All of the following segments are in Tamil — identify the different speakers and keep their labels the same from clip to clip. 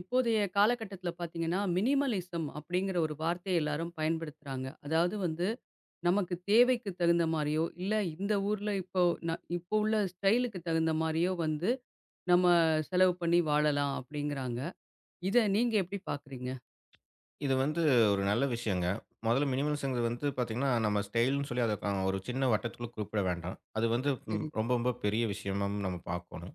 Speaker 1: இப்போதைய காலகட்டத்தில பார்த்தீங்கன்னா, மினிமலிசம் அப்படிங்கிற ஒரு வார்த்தைய எல்லாரும் பயன்படுத்துறாங்க. அதாவது வந்து, நமக்கு தேவைக்கு தகுந்த மாரியோ, இல்ல இந்த ஊர்ல ந இப்போ உள்ள ஸ்டைலுக்கு தகுந்த மாரியோ வந்து, நம்ம செலவு பண்ணி வாழலாம் அப்படிங்கிறாங்க. இத நீங்க எப்படி பார்க்குறீங்க?
Speaker 2: இது வந்து ஒரு நல்ல விஷயங்க. மொதல்ல மினிமலிசம்ங்கிறது வந்து பார்த்தீங்கன்னா, நம்ம ஸ்டைல்ன்னு சொல்லி அத ஒரு சின்ன வட்டத்துக்குள்ள குறிப்பிட வேண்டாம். அது வந்து
Speaker 1: சரி.
Speaker 2: ரொம்ப ரொம்ப பெரிய விஷயமாவும் நம்ம பார்க்கணும்.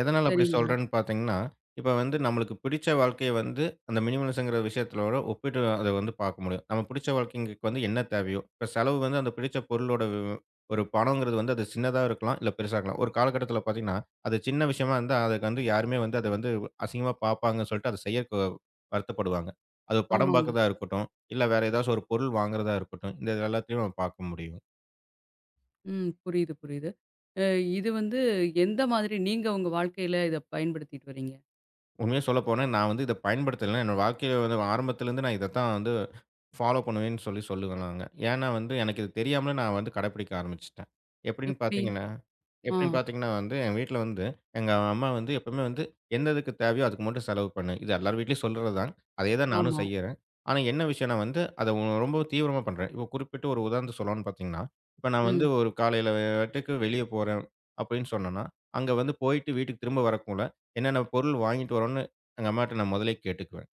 Speaker 2: எதனால அப்படி
Speaker 1: சரிங்க.
Speaker 2: சொல்றேன்னு பார்த்தீங்கன்னா, இப்ப வந்து நம்மளுக்கு பிடிச்ச வாழ்க்கைய வந்து அந்த மினிமலிசம்ங்கிற விஷயத்தோட ஒப்பிட்டு அத வந்து பார்க்க முடியும். நம்ம பிடிச்ச வாழ்க்கைங்களுக்கு வந்து என்ன தேவையோ, இப்ப செலவு வந்து அந்த பிடிச்ச பொருளோட ஒரு பணங்கிறது வந்து அது சின்னதா இருக்கலாம், இல்ல பெருசா இருக்கலாம். ஒரு காலகட்டத்தில பார்த்தீங்கன்னா, அது சின்ன விஷயமா இருந்தா அதுக்கு வந்து யாருமே வந்து அத வந்து அசிங்கமா பார்ப்பாங்கன்னு சொல்லிட்டு அத செய்ய வருத்தப்படுவாங்க. அது படம்
Speaker 1: ஆமாங்க.
Speaker 2: பார்க்கறதா இருக்கட்டும், இல்ல வேற ஏதாச்சும் ஒரு பொருள் வாங்குறதா இருக்கட்டும், இந்த எல்லாத்துலயும் நம்ம பார்க்க முடியும்.
Speaker 1: ம். புரியுது, புரியுது. அ இது வந்து எந்த மாதிரி நீங்க உங்க வாழ்க்கையில இத பயன்படுத்திட்டு வரீங்க?
Speaker 2: உண்மையா சொல்லப்போனா, நான் வந்து இத பயன்படுத்தல. என்னோட வாழ்க்கையில வந்து ஆரம்பத்திலேருந்து நான் இதத்தான் வந்து ஃபாலோ பண்ணுவேன்னு சொல்லி சொல்லுவேன் நாங்க. ஏன்னா வந்து எனக்கு இது தெரியாமலே நான் வந்து கடைப்பிடிக்க ஆரம்பிச்சுட்டேன். எப்படின்னு
Speaker 1: எப்படி?
Speaker 2: பார்த்தீங்கன்னா
Speaker 1: ஆ.
Speaker 2: எப்படின்னு பார்த்தீங்கன்னா வந்து, என் வீட்ல வந்து எங்க அம்மா வந்து எப்பவுமே வந்து எந்த இதுக்கு தேவையோ அதுக்கு மட்டும் செலவு பண்ணு. இது எல்லார் வீட்லயும் சொல்றது தான். அதே தான் நானும்
Speaker 1: ஆமா.
Speaker 2: செய்யறேன். ஆனா என்ன விஷயம்னா வந்து, அத ரொம்ப தீவிரமா பண்றேன். இப்போ குறிப்பிட்டு ஒரு உதாரணத்த சொல்லணும்னு பார்த்தீங்கன்னா, இப்போ நான் வந்து
Speaker 1: ம்.
Speaker 2: ஒரு காலையில வேட்டுக்கு வெளிய போறேன் அப்படின்னு சொன்னேன்னா, அங்க வந்து போயிட்டு வீட்டுக்கு திரும்ப வரக்குள்ள என்னென்ன பொருள் வாங்கிட்டு வரோம்ன்னு எங்க அம்மாட்ட நான் முதல்லயே கேட்டுக்குவேன்.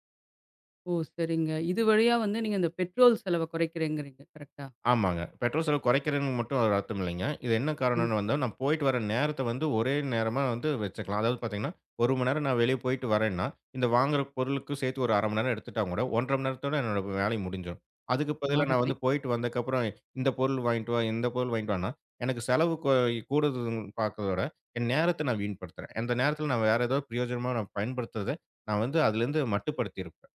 Speaker 1: ஓ! சரிங்க. இது வழியா வந்து நீங்க இந்த பெட்ரோல் செலவ குறைக்கிறேங்கிறீங்க. கரெக்ட்டா?
Speaker 2: ஆமாங்க. பெட்ரோல் செலவு குறைக்கிறேன்னு மட்டும் ஒரு அர்த்தம் இல்லைங்க. இது என்ன
Speaker 1: ம்.
Speaker 2: காரணம்ன்னு வந்தா, நான் போயிட்டு வர நேரத்த வந்து ஒரே நேரமா வந்து வச்சுக்கலாம். அதாவது பார்த்தீங்கன்னா, 1 மணி நேரம் நான் வெளிய போயிட்டு வரேன்னா, இந்த வாங்குற பொருளுக்கும் சேர்த்து ஒரு 1/2 மணி நேரம் எடுத்துட்டா கூட 1 1/2 மணி நேரத்தோட என்னோட வேலை முடிஞ்சிரும். அதுக்கு பதிலா நான்
Speaker 1: அருமை.
Speaker 2: வந்து போயிட்டு வந்ததுக்கப்புறம் இந்த பொருள் வாங்கிட்டு வா, இந்த பொருள் வாங்கிட்டு வான்னா, எனக்கு செலவு கூடுதுன்னு பார்க்கிறதோட, என் நேரத்த நான் வீண்படுத்துறேன். அந்த நேரத்தில நான் வேற ஏதோ பிரயோஜனமா நான் பயன்படுத்துறத, நான் வந்து அதிலேருந்து மட்டுப்படுத்தியிருப்பேன்.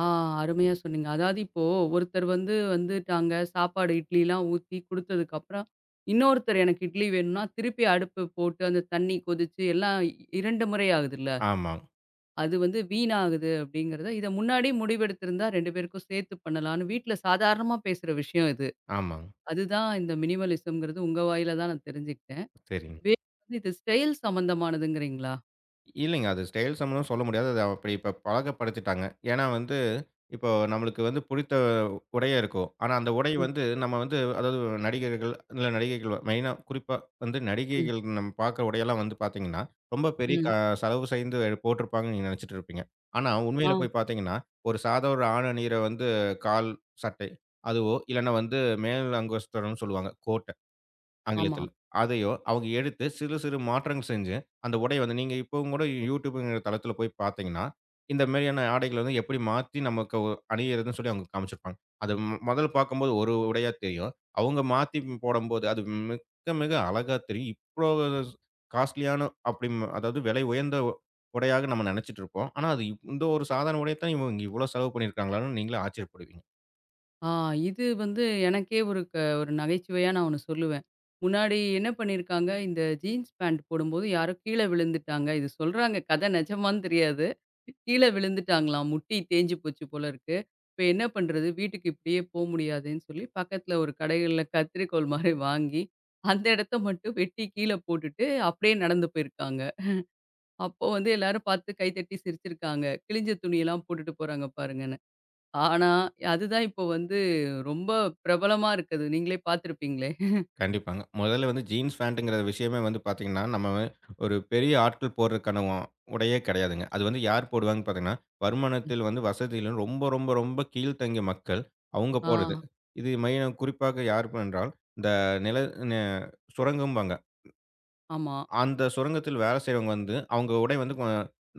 Speaker 1: ஆ அருமையா சொன்னீங்க. அதாவது இப்போ ஒருத்தர் வந்து வந்துட்டாங்க, சாப்பாடு இட்லிலாம் ஊத்தி குடுத்ததுக்கப்புறம், இன்னொருத்தர் எனக்கு இட்லி வேணும்னா, திருப்பி அடுப்பு போட்டு அந்த தண்ணி கொதிச்சு எல்லாம் 2 முறை ஆகுதுல்ல.
Speaker 2: ஆமாங்க,
Speaker 1: அது வந்து வீணாகுது அப்படிங்கிறத, இத முன்னாடியே முடிவெடுத்திருந்தா 2 பேருக்கும் சேர்த்து பண்ணலான்னு வீட்ல சாதாரணமா பேசுற விஷயம் இது.
Speaker 2: ஆமாங்க.
Speaker 1: அதுதான் இந்த மினிமலிசம்ங்கிறது உங்க வாயில தான் நான் தெரிஞ்சுக்கிட்டேன்.
Speaker 2: சரிங்க.
Speaker 1: வேற வந்து இது ஸ்டைல் சம்மந்தமானதுங்கிறீங்களா?
Speaker 2: இல்லைங்க. அது ஸ்டைல் சம்மந்தம் சொல்ல முடியாது. அது அப்படி இப்ப பழக்கப்படுத்திட்டாங்க. ஏன்னா வந்து, இப்போ நம்மளுக்கு வந்து புடித்த உடைய இருக்கும். ஆனா அந்த உடை
Speaker 1: ம்.
Speaker 2: வந்து நம்ம வந்து அதாவது நடிகர்கள் இல்ல நடிகைகள் மெயினா குறிப்பா வந்து நடிகைகள் நம்ம பார்க்குற உடையெல்லாம் வந்து பார்த்தீங்கன்னா, ரொம்ப பெரிய
Speaker 1: ம்.
Speaker 2: செலவு செய்து போட்டிருப்பாங்கன்னு நீங்க நினைச்சிட்டு இருப்பீங்க. ஆனா
Speaker 1: ஆ,
Speaker 2: உண்மையில போய் பார்த்தீங்கன்னா, ஒரு சாதா ஒரு ஆண் அணியிற வந்து கால் சட்டை, அதுவோ இல்லைன்னா வந்து மேல் அங்கஸ்தரம்னு சொல்லுவாங்க. கோட்ட.
Speaker 1: ஆமா.
Speaker 2: ஆங்கிலத்தில. அதையோ அவங்க எடுத்து சிறு சிறு மாற்றங்கள் செஞ்சு, அந்த உடைய வந்து நீங்க இப்பவும் கூட YouTubeங்கிற தளத்தில போய் பார்த்தீங்கன்னா, இந்த மாரியான ஆடைகள வந்து எப்படி மாத்தி நமக்கு அணியிறதுன்னு சொல்லி அவங்க காமிச்சிருப்பாங்க. அது முதல்ல பார்க்கும்போது ஒரு உடையா தெரியும். அவங்க மாத்தி போடும்போது அது மிக்க மிக அழகா தெரியும். இவ்ளோ காஸ்ட்லியான அப்படி அதாவது விலை உயர்ந்த உடையாக நம்ம நினைச்சிட்டு இருப்போம். ஆனா, அது இந்த ஒரு சாதாரண உடைய தான் இவங்க இவ்வளோ செலவு பண்ணியிருக்காங்களான்னு நீங்களே ஆச்சரியப்படுவீங்க.
Speaker 1: ஆ இது வந்து எனக்கே ஒரு நகைச்சுவையா நான் ஒண்ணு சொல்லுவேன். முன்னாடி என்ன பண்ணியிருக்காங்க, இந்த ஜீன்ஸ் பேண்ட் போடும்போது யாரோ கீழ விழுந்துட்டாங்க. இது சொல்றாங்க கதை நிஜமான்னு தெரியாது. கீழ விழுந்துட்டாங்களாம். முட்டி தேஞ்சு போச்சு போல இருக்கு. இப்ப என்ன பண்றது? வீட்டுக்கு இப்படியே போ முடியாதேன்னு சொல்லி பக்கத்துல ஒரு கடைகள்ல கத்தரிக்கோல் மாரி வாங்கி, அந்த இடத்த மட்டும் வெட்டி கீழ போட்டுட்டு அப்படியே நடந்து போயிருக்காங்க. அப்போ வந்து எல்லாரும் பார்த்து கை தட்டி சிரிச்சிருக்காங்க. கிழிஞ்ச துணியெல்லாம் போட்டுட்டு போறாங்க பாருங்க. ஆனா, அதுதான் இப்போ வந்து ரொம்ப பிரபலமா இருக்குது. நீங்களே பார்த்திருப்பீங்களே!
Speaker 2: கண்டிப்பாங்க. முதல்ல வந்து ஜீன்ஸ் பேண்ட்டுங்கிற விஷயமே வந்து பார்த்தீங்கன்னா, நம்ம ஒரு பெரிய ஆட்கள் போடுறதுக்கான உடையே கிடையாதுங்க. அது வந்து யார் போடுவாங்கன்னு பார்த்தீங்கன்னா, வருமானத்தில் வந்து வசதியிலும் ரொம்ப ரொம்ப ரொம்ப கீழ்த்தங்கிய மக்கள் அவங்க
Speaker 1: ஆ,
Speaker 2: போடுறது. இது மையம் குறிப்பாக யார் என்றால், இந்த நில நெ சுரங்கம்பாங்க.
Speaker 1: ஆமா.
Speaker 2: அந்த சுரங்கத்தில் வேலை செய்றவங்க வந்து, அவங்க உடை வந்து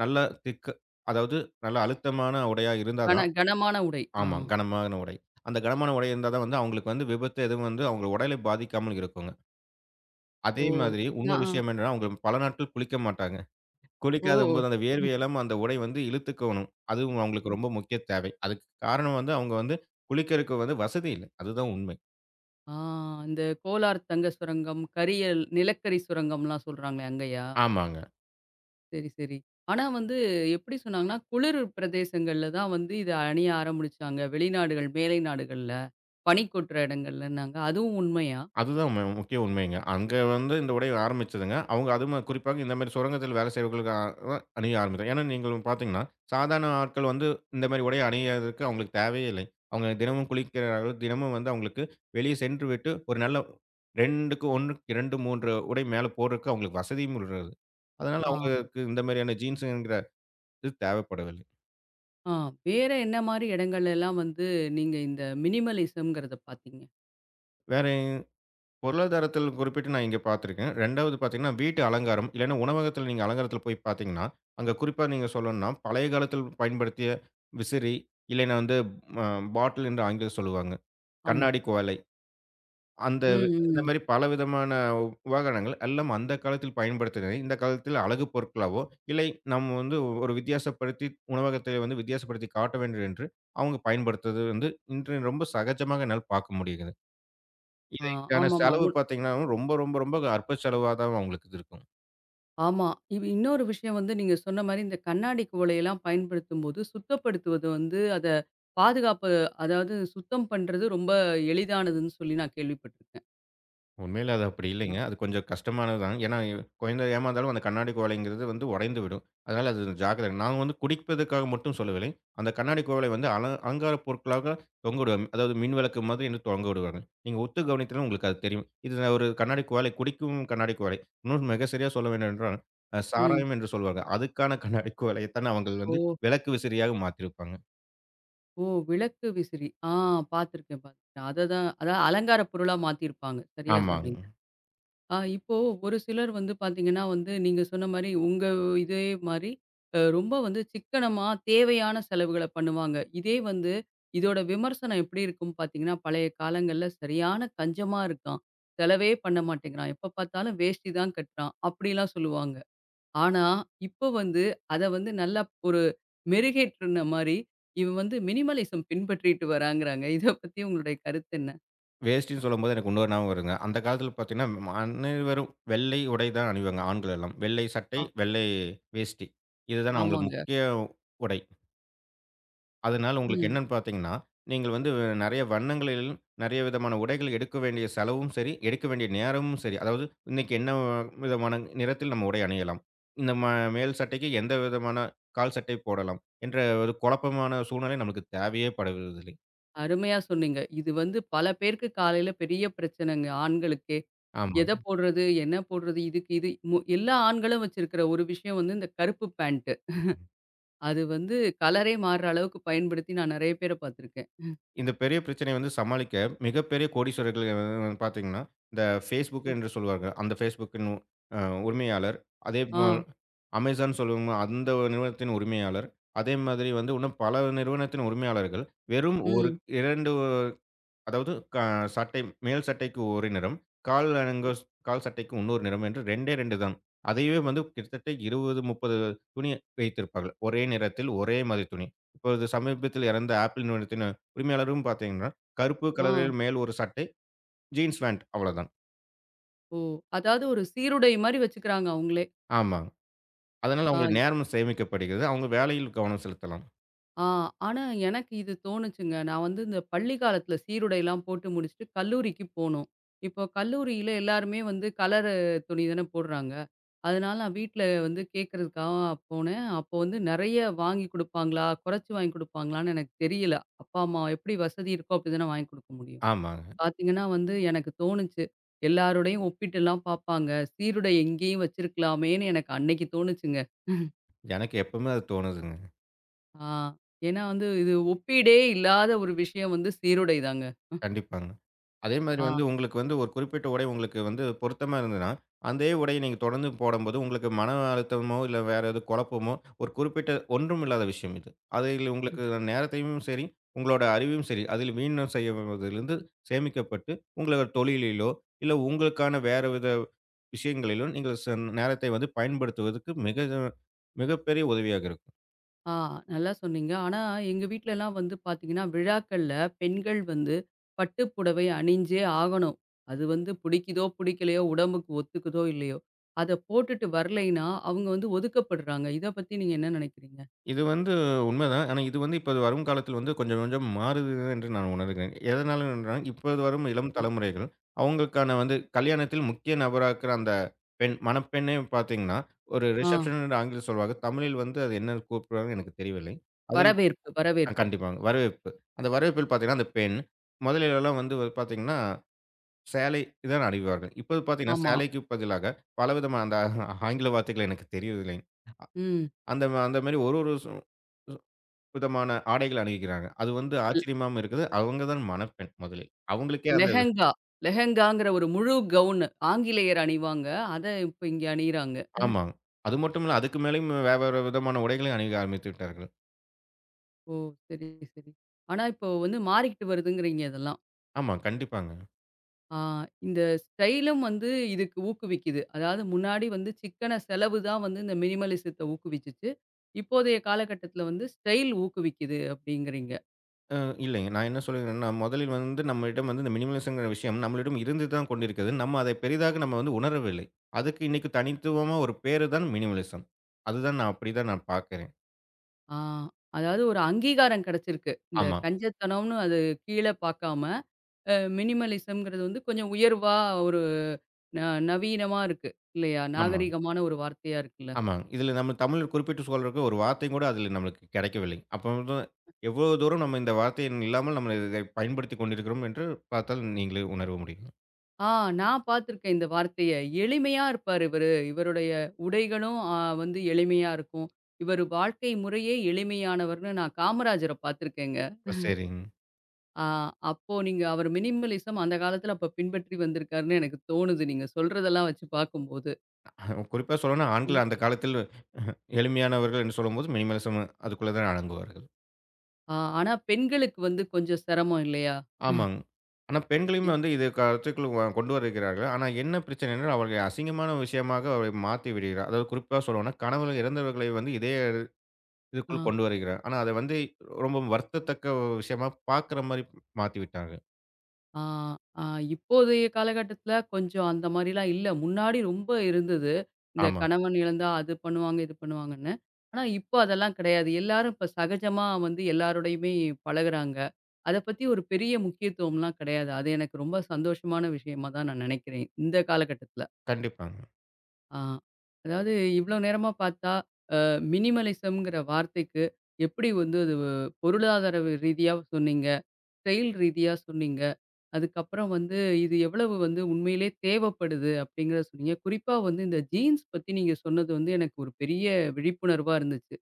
Speaker 2: நல்ல திக்கு அதாவது நல்ல அழுத்தமான உடையா இருந்தா
Speaker 1: கன
Speaker 2: தான்
Speaker 1: கனமான உடை. ஆ.
Speaker 2: ஆமா, கனமான உடை. அந்த கனமான உடை இருந்தா தான் வந்து அவங்களுக்கு வந்து விபத்து எதுவும் வந்து அவங்க உடலை பாதிக்காமல் இருக்குங்க.
Speaker 1: ஓ!
Speaker 2: அதே மாதிரி இன்னொரு
Speaker 1: நான்
Speaker 2: விஷயம் என்னன்னா, அவங்க பல நாட்கள் குளிக்க மாட்டாங்க.
Speaker 1: ஓ!
Speaker 2: குளிக்காதம்போது அந்த
Speaker 1: ம்,
Speaker 2: வேர்வை எல்லாம் அந்த உடை வந்து இழுத்துக்கணும். அதுவும் அவங்களுக்கு
Speaker 1: ம்.
Speaker 2: ரொம்ப முக்கிய தேவை. அதுக்கு காரணம் வந்து அவங்க வந்து குளிக்கிறதுக்கு வந்து வசதி இல்ல. அதுதான் உண்மை.
Speaker 1: ஆ இந்த கோலார் தங்க சுரங்கம், கரியல் நிலக்கரி சுரங்கம்லாம் சொல்றாங்களே அங்கயா?
Speaker 2: ஆமாங்க.
Speaker 1: சரி, சரி. ஆனா வந்து எப்படி சொன்னாங்கன்னா, குளிர் பிரதேசங்கள்ல தான் வந்து இத அணிய ஆரம்பிச்சாங்க. வெளிநாடுகள், மேலை நாடுகள்ல. பனி கொட்டுற இடங்கள்லன்னாங்க. அதுவும் உண்மையா?
Speaker 2: அதுதான் முக்கிய உண்மைங்க. அங்க வந்து இந்த உடை ஆரம்பிச்சதுங்க. அவங்க அதுவும் குறிப்பாக இந்த மாரி சுரங்கத்தில் வேலை செய்பவர்களுக்கு அணிய ஆரம்பித்தாங்க. ஏன்னா நீங்களும் பார்த்தீங்கன்னா, சாதாரண ஆட்கள் வந்து இந்த மாரி உடைய அணியதற்கு அவங்களுக்கு தேவையே இல்லை. அவங்க தினமும் குளிக்கிறார்கள். தினமும் வந்து அவங்களுக்கு வெளியே சென்றுவிட்டு ஒரு நல்ல 2க்கு 1க்கு 2, 3 உடை மேல போடுறதுக்கு அவங்களுக்கு வசதியும் உள்ளது. அதனால
Speaker 1: ஆ.
Speaker 2: அவங்களுக்கு இந்த மாரியான ஜீன்ஸுங்கிற இது தேவைப்படவில்லை.
Speaker 1: ஆ வேற என்ன மாரி இடங்கள் எல்லாம் வந்து நீங்க இந்த மினிமலிசம்ங்கிறத பார்த்தீங்க?
Speaker 2: வேற பொருளாதாரத்தில் குறிப்பிட்டு நான் இங்க பார்த்துருக்கேன். 2வது பார்த்தீங்கன்னா, வீட்டு அலங்காரம். இல்லைன்னா உணவகத்தில நீங்க அலங்காரத்தில போய் பார்த்தீங்கன்னா, அங்க குறிப்பா நீங்க சொல்லணும்னா, பழைய காலத்தில் பயன்படுத்திய விசிறி, இல்லைன்னா வந்து அ பாட்டில் என்று ஆங்கிலத்தில் சொல்லுவாங்க.
Speaker 1: ஆமா.
Speaker 2: கண்ணாடி குவளை.
Speaker 1: ம்,
Speaker 2: இந்த
Speaker 1: ம்.
Speaker 2: மாரி பலவிதமான உபகரணங்கள் எல்லாம் அந்த காலத்தில் பயன்படுத்தினதை, இந்த காலத்தில் அழகு பொருட்களாவோ, இல்லை நம்ம வந்து ஒரு வித்தியாசப்படுத்தி உணவகத்தை வந்து வித்தியாசப்படுத்தி காட்ட வேண்டும் என்று அவங்க பயன்படுத்துவது வந்து இன்று ரொம்ப சகஜமாக என்னால் பார்க்க முடியுது.
Speaker 1: ஆ
Speaker 2: இதற்கான
Speaker 1: ஆமாமா.
Speaker 2: செலவு பார்த்தீங்கன்னா, ரொம்ப ரொம்ப ரொம்ப அற்ப செலவா தான் அவங்களுக்கு இது இருக்கும்.
Speaker 1: ஆமா. இது இன்னொரு விஷயம் வந்து நீங்க சொன்ன மாரி இந்த கண்ணாடி குவளையெல்லாம் பயன்படுத்தும்போது சுத்தப்படுத்துவது வந்து அத பாதுகாப்பு அதாவது சுத்தம் பண்றது ரொம்ப எளிதானதுன்னு சொல்லி நான் கேள்விப்பட்டுருக்கேன்.
Speaker 2: உண்மையில அது அப்படி இல்லைங்க.
Speaker 1: ஆ.
Speaker 2: அது கொஞ்சம் கஷ்டமானது தான். ஏன்னா, குழந்தை ஏமாந்தாலும் அந்த கண்ணாடி குவளைங்கிறது வந்து உடைந்து விடும். அதனால அது ஜாக்கிரதை. நாங்க வந்து குடிப்பதற்காக மட்டும் சொல்லவில்லை. அந்த கண்ணாடி குவளை வந்து அலங்கார பொருட்களாக தொங்க விடுவாங்க. அதாவது மின் விளக்கு மாதிரி வந்து தொங்க விடுவாங்க. நீங்க உத்து கவனித்தாலும் உங்களுக்கு அது தெரியும். இது நான் ஒரு கண்ணாடி குவளை, குடிக்கும் கண்ணாடி குவளை. இன்னும் மிக சரியா சொல்ல வேண்டும் என்றால்,
Speaker 1: ம்.
Speaker 2: சாராயம் என்று சொல்வாங்க. அதுக்கான கண்ணாடி குவளையத்தான் அவங்கள்
Speaker 1: ஓ!
Speaker 2: வந்து விளக்கு விசிறியாக மாத்தியிருப்பாங்க.
Speaker 1: ஓ! விளக்கு விசிறி. ஆ பார்த்துருக்கேன், பார்த்துருக்கேன். அதான் அலங்கார பொருளா மாத்திருப்பாங்க. சரியா
Speaker 2: ஆமாங்க.
Speaker 1: சொன்னீங்க. ஆ இப்போ ஒரு சிலர் வந்து பார்த்தீங்கன்னா வந்து, நீங்க சொன்ன மாரி உங்க இதே மாரி அ ரொம்ப வந்து சிக்கனமா தேவையான செலவுகள பண்ணுவாங்க. இதே வந்து இதோட விமர்சனம் எப்படி இருக்கும் பார்த்தீங்கன்னா, பழைய காலங்கள்ல சரியான கஞ்சமா இருக்கான். செலவே பண்ண மாட்டேங்கிறான். எப்ப பார்த்தாலும் வேஷ்டி தான் கட்டுறான். அப்படிலாம் சொல்லுவாங்க. ஆனா, இப்போ வந்து அத வந்து நல்லா ஒரு மெருகேற்றுன மாரி, இவன் வந்து மினிமலிசம் பின்பற்றிட்டு வராங்கிறாங்க. இத பத்தி உங்களுடைய கருத்து என்ன?
Speaker 2: வேஷ்டின்னு சொல்லும்போது எனக்கு இன்னொரு ஞாபகம் வருங்க. அந்த காலத்தில பார்த்தீங்கன்னா, அனைவரும் வெள்ளை உடை தான் அணிவாங்க ஆண்கள் எல்லாம். வெள்ளை
Speaker 1: ஆ
Speaker 2: சட்டை, வெள்ளை வேஷ்டி. இதுதான் அவங்களுக்கு
Speaker 1: ஆமாங்க.
Speaker 2: முக்கிய உடை. அதனால உங்களுக்கு
Speaker 1: ம்.
Speaker 2: என்னன்னு பார்த்தீங்கன்னா, நீங்கள் வந்து நெறைய வண்ணங்களில், நெறைய விதமான உடைகள் எடுக்க வேண்டிய செலவும் சரி, எடுக்க வேண்டிய நேரமும் சரி. அதாவது இன்னைக்கு என்ன விதமான நிறத்தில் நம்ம உடை அணியலாம்? இந்த மேல் சட்டைக்கு எந்த விதமான கால் சட்டை போடலாம்? என்ற ஒரு குழப்பமான சூழ்நிலை நமக்கு தேவையே படுவதில்லை.
Speaker 1: அருமையா சொன்னீங்க. இது வந்து பல பேருக்கு காலையில பெரிய பிரச்சனைங்க ஆண்களுக்கே. எத
Speaker 2: ஆமாங்க.
Speaker 1: போடுறது? என்ன போடுறது? இதுக்கு இது எல்லா ஆண்களும் வச்சிருக்கிற ஒரு விஷயம் வந்து இந்த கருப்பு பேண்ட். அது வந்து கலரே மாறுற அளவுக்கு பயன்படுத்தி நான் நெறைய பேர பார்த்துருக்கேன்.
Speaker 2: இந்த பெரிய பிரச்சனைய வந்து சமாளிக்க மிகப்பெரிய கோடீஸ்வரர்கள் வந்து பார்த்தீங்கன்னா, இந்த Facebook
Speaker 1: ம்.
Speaker 2: என்று சொல்வாங்க. அந்த Facebookன்னு அ உரிமையாளர். அதே போல்
Speaker 1: ஆ,
Speaker 2: Amazon சொல்லுவோம் அந்த நிறுவனத்தின் உரிமையாளர். அதே மாதிரி வந்து இன்னும் பல நிறுவனத்தின் உரிமையாளர்கள் வெறும் ஒரு
Speaker 1: ம்,
Speaker 2: 2 அதாவது சட்டை மேல் சட்டைக்கு ஒரு நிறம், கால் அலங்காஸ் கால் சட்டைக்கு இன்னொரு நிறம் என்று 2டே 2 தான். அதையே வந்து கிட்டத்தட்ட 20, 30 துணி வைத்திருப்பார்கள். ஒரே நிறத்தில் ஒரே மாதிரி துணி. இப்பொழுது சமீபத்தில் இறந்த ஆப்பிள் நிறுவனத்தின் உரிமையாளரும் பார்த்தீங்கன்னா, கருப்பு
Speaker 1: ஆ,
Speaker 2: கலரில் மேல் ஒரு சட்டை, ஜீன்ஸ் பேண்ட் அவ்வளோதான்.
Speaker 1: ஓ! அதாவது ஒரு சீருடை மாரி வச்சுக்கிறாங்க அவங்களே.
Speaker 2: ஆமாங்க. அதனால
Speaker 1: ஆ,
Speaker 2: அவங்க நேரம் சேமிக்கப்படுகிறது. அவங்க வேலையில் கவனம் செலுத்தலாம்.
Speaker 1: ஆ. ஆனா எனக்கு இது தோணுச்சுங்க. நான் வந்து இந்த பள்ளி காலத்துல சீருடைலாம் போட்டு முடிச்சுட்டு கல்லூரிக்கு போனோம். இப்போ கல்லூரியில எல்லாருமே வந்து கலரு துணி தானே போடுறாங்க. அதனால நான் வீட்ல வந்து கேட்கறதுக்காக போனேன். அப்போ வந்து நெறைய வாங்கி குடுப்பாங்களா? குறைச்சு வாங்கி குடுப்பாங்களான்னு எனக்கு தெரியல. அப்பா, அம்மா எப்படி வசதி இருக்கோ அப்படி தானே வாங்கி குடுக்க முடியும்.
Speaker 2: ஆமாங்க.
Speaker 1: பார்த்தீங்கன்னா வந்து எனக்கு தோணுச்சு. எல்லாரோடையும் ஒப்பிட்டுலாம் பார்ப்பாங்க. சீருடை எங்கேயும் வச்சிருக்கலாமேன்னு எனக்கு அன்னைக்கு தோணுச்சுங்க.
Speaker 2: எனக்கு எப்பவுமே அது தோணுதுங்க.
Speaker 1: ஆ ஏன்னா வந்து இது ஒப்பீடே இல்லாத ஒரு விஷயம் வந்து சீருடை தாங்க.
Speaker 2: கண்டிப்பாங்க. அதே மாதிரி
Speaker 1: ஆ.
Speaker 2: வந்து உங்களுக்கு வந்து ஒரு குறிப்பிட்ட உடை உங்களுக்கு வந்து பொருத்தமா இருந்ததுன்னா, அதே உடைய நீங்க தொடர்ந்து போடும்போது, உங்களுக்கு மன அழுத்தமோ, இல்ல வேற எதுவும் குழப்பமோ, ஒரு குறிப்பிட்ட ஒன்றும் இல்லாத விஷயம் இது. அதில் உங்களுக்கு நேரத்தையும் சரி, உங்களோட அறிவையும் சரி, அதில் வீணம் செய்வதிலிருந்து சேமிக்கப்பட்டு, உங்களோட தொழிலிலோ, இல்ல உங்களுக்கான வேற வித விஷயங்களிலும், நீங்கள் நேரத்தை வந்து பயன்படுத்துவதற்கு மிக மிகப்பெரிய உதவியாக இருக்கும்.
Speaker 1: ஆ நல்லா சொன்னீங்க. ஆனா, எங்க வீட்லலாம் வந்து பார்த்தீங்கன்னா, விழாக்கள்ல பெண்கள் வந்து பட்டு புடவை அணிஞ்சே ஆகணும். அது வந்து பிடிக்குதோ, பிடிக்கலையோ, உடம்புக்கு ஒத்துக்குதோ, இல்லையோ, அத போட்டுட்டு வரலைன்னா, அவங்க வந்து ஒதுக்கப்படுறாங்க. இத பத்தி நீங்க என்ன நினைக்கிறீங்க?
Speaker 2: இது வந்து உண்மைதான். ஆனா இது வந்து இப்ப வரும் காலத்தில வந்து கொஞ்சம் கொஞ்சம் மாறுது என்று நான் உணர்கிறேன். எதனால என்றால், இப்போது வரும் இளம்
Speaker 1: சரி.
Speaker 2: தலைமுறைகள், அவங்களுக்கான வந்து கல்யாணத்தில் முக்கிய நபரா இருக்கிற அந்த பெண், மணப்பெண்ணே பார்த்தீங்கன்னா, ஒரு
Speaker 1: ஆ
Speaker 2: ரிசப்ஷன் என்று ஆங்கிலத்தில் சொல்வாங்க. தமிழில் வந்து அது என்ன கூப்பிடுவாங்கன்னு எனக்கு தெரியவில்லை. அதில்
Speaker 1: வரவேற்பு, வரவேற்பு.
Speaker 2: கண்டிப்பாங்க. வரவேற்பு. அந்த வரவேற்பில் பார்த்தீங்கன்னா, அந்த பெண் முதலிலலாம் வந்து பார்த்தீங்கன்னா, சேலை தான் அணிவார்கள். இப்போது பார்த்தீங்கன்னா,
Speaker 1: ஆமா.
Speaker 2: சேலைக்கு பதிலாக பலவிதமான அந்த ஆங்கில வார்த்தைகள் எனக்கு தெரியவில்லை.
Speaker 1: ம்.
Speaker 2: அந்த அந்த மாரி ஒரு ஒரு விதமான ஆடைகள் அணிகிறாங்க. அது வந்து
Speaker 1: ல்
Speaker 2: ஆச்சரியமாவும் இருக்குது. அவங்க தான் மணப்பெண் முதலில். அவங்களுக்கே அந்த
Speaker 1: லெஹெங்கா லெஹெங்காங்கிற ஒரு முழு கவுனு. ஆங்கிலேயர் அணிவாங்க. அத இப்ப இங்க அணியிறாங்க.
Speaker 2: ஆமாங்க. அது மட்டும் இல்ல, அதுக்கு மேலயும் வேற வேற விதமான உடைகளை அணிய ஆரம்பித்து விட்டார்கள்.
Speaker 1: ஓ! சரி, சரி. ஆனா, இப்போ வந்து மாறிக்கிட்டு வருதுங்கிறீங்க இதெல்லாம்.
Speaker 2: ஆமா, கண்டிப்பாங்க.
Speaker 1: ஆ, இந்த ஸ்டைலும் வந்து இதுக்கு ஊக்குவிக்குது. அதாவது முன்னாடி வந்து சிக்கன செலவு தான் வந்து இந்த மினிமலிசத்த ஊக்குவிச்சுச்சு. இப்போதைய காலகட்டத்தில வந்து ஸ்டைல் ஊக்குவிக்குது அப்படிங்கிறீங்க.
Speaker 2: அ இல்லைங்க. நான் என்ன சொல்லுகிறேன்னா, முதலில் வந்து நம்மிடம் வந்து இந்த மினிமலிசம்ங்கிற விஷயம் நம்மளிடம் இருந்து தான் கொண்டிருக்கிறது. நம்ம அதை பெரிதாக நம்ம வந்து உணரவில்லை. அதுக்கு இன்னைக்கு தனித்துவமா ஒரு பேரு தான் மினிமலிசம். அதுதான் அப்படிதான் நான் பார்க்கிறேன்.
Speaker 1: ஆ அதாவது ஒரு அங்கீகாரம் கிடைச்சிருக்கு. இந்த
Speaker 2: ஆமா,
Speaker 1: கஞ்சத்தனம்னு அது கீழ பார்க்காம, அ மினிமலிசம்ங்கிறது வந்து கொஞ்சம் உயர்வா ஒரு ந நவீனமா இருக்கு இல்லையா?
Speaker 2: ஆமா.
Speaker 1: நாகரீகமான ஒரு வார்த்தையா இருக்குல்ல?
Speaker 2: ஆமாங்க. இதில நம்ம தமிழ் குறிப்பிட்டு சொல்றக்கு ஒரு வார்த்தையும் கூட அதில நம்மளுக்கு கிடைக்கவில்லை. அப்ப வந்து எவ்வளோ தூரம் நம்ம இந்த வார்த்தையின் இல்லாமல் நம்ம இதை பயன்படுத்திக் கொண்டிருக்கிறோம் என்று பார்த்தால் நீங்களே உணர முடியும்.
Speaker 1: ஆ நான் பார்த்துருக்கேன் இந்த வார்த்தைய. எளிமையா இருப்பாரு இவரு. இவருடைய உடைகளும் வந்து எளிமையா இருக்கும். இவரு வாழ்க்கை முறையே எளிமையானவர்ன்னு நான் காமராஜர பார்த்துருக்கேங்க.
Speaker 2: ஓ! சரிங்க.
Speaker 1: ஆ அப்போ நீங்க அவர் மினிமலிசம் அந்த காலத்துல அப்ப பின்பற்றி வந்திருக்காருன்னு எனக்கு தோணுது. நீங்க சொல்றதெல்லாம் வச்சு பார்க்கும்போது.
Speaker 2: குறிப்பா சொல்லணும்னா
Speaker 1: ம்.
Speaker 2: ஆண்கள் அந்த காலத்தில் எளிமையானவர்கள் என்று சொல்லும்போது மினிமலிசம் அதுக்குள்ள தான் அடங்குவார்கள்.
Speaker 1: ஆ ஆனா பெண்களுக்கு வந்து கொஞ்சம் சிரமம் இல்லையா?
Speaker 2: ஆமாங்க. ஆனா
Speaker 1: எ
Speaker 2: பெண்களையும் வந்து இது கருத்துக்குள் கொண்டு வருகிறார்கள். ஆனா என்ன பிரச்சனை என்றால் அவர்கள் அசிங்கமான விஷயமாக அவரை மாத்தி விடுகிறார். அதாவது குறிப்பா சொல்லணும்னா கணவர் இறந்தவர்களை வந்து இதே இதுக்குள்
Speaker 1: ஆ.
Speaker 2: கொண்டு வருகிறார். ஆனா அத வந்து ரொம்ப வருந்தத்தக்க விஷயமா பார்க்குற மாரி மாத்தி விட்டாங்க.
Speaker 1: ஆ, ஆ, இப்போதைய காலகட்டத்துல கொஞ்சம் அந்த மாரிலாம் இல்ல. முன்னாடி ரொம்ப இருந்தது. இந்த
Speaker 2: ஆமா.
Speaker 1: கணவன் இழந்தா அது பண்ணுவாங்க, இது பண்ணுவாங்கன்னு. ஆனா, இப்போ அதெல்லாம் கிடையாது. எல்லாரும் இப்ப சகஜமா வந்து எல்லாரோடையுமே பழகுறாங்க. அத பத்தி ஒரு பெரிய முக்கியத்துவம்லாம் கிடையாது. அது எனக்கு ரொம்ப சந்தோஷமான விஷயமா தான் நான் நினைக்கிறேன். இந்த காலகட்டத்துல.
Speaker 2: கண்டிப்பாங்க.
Speaker 1: ஆ, அதாவது இவ்ளோ நேரமா பார்த்தா, அ மினிமலிசம்ங்கிற வார்த்தைக்கு எப்படி வந்து அது பொருளாதார ரீதியா சொன்னீங்க? செயல் ரீதியா சொன்னீங்க. அதுக்கப்புறம் வந்து இது எவ்வளவு வந்து உண்மையிலே தேவைப்படுது அப்படிங்கிறத சொன்னீங்க. குறிப்பா வந்து இந்த ஜீன்ஸ் பத்தி நீங்க சொன்னது வந்து எனக்கு ஒரு பெரிய விழிப்புணர்வா இருந்துச்சு.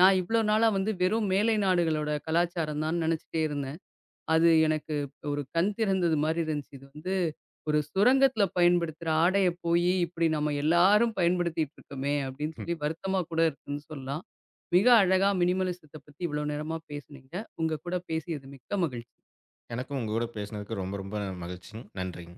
Speaker 1: நான் இவ்வளோ நாளா வந்து வெறும் மேலை நாடுகளோட கலாச்சாரம் தான்னு நினைச்சுட்டே இருந்தேன். அது எனக்கு ஒரு கண் திறந்தது மாரி இருந்துச்சு. இது வந்து ஒரு சுரங்கத்தில பயன்படுத்துற ஆடைய போயி இப்படி நம்ம எல்லாரும் பயன்படுத்திட்டு இருக்கோமே அப்படின்னு
Speaker 2: ம்.
Speaker 1: சொல்லி வருத்தமா கூட இருக்குன்னு சொல்லலாம். மிக அழகா மினிமலிசத்த பத்தி இவ்வளோ நேரமா பேசுனீங்க. உங்க கூட பேசியது மிக்க மகிழ்ச்சி.
Speaker 2: எனக்கும் உங்க கூட பேசினதுக்கு ரொம்ப ரொம்ப மகிழ்ச்சி. நன்றிங்க.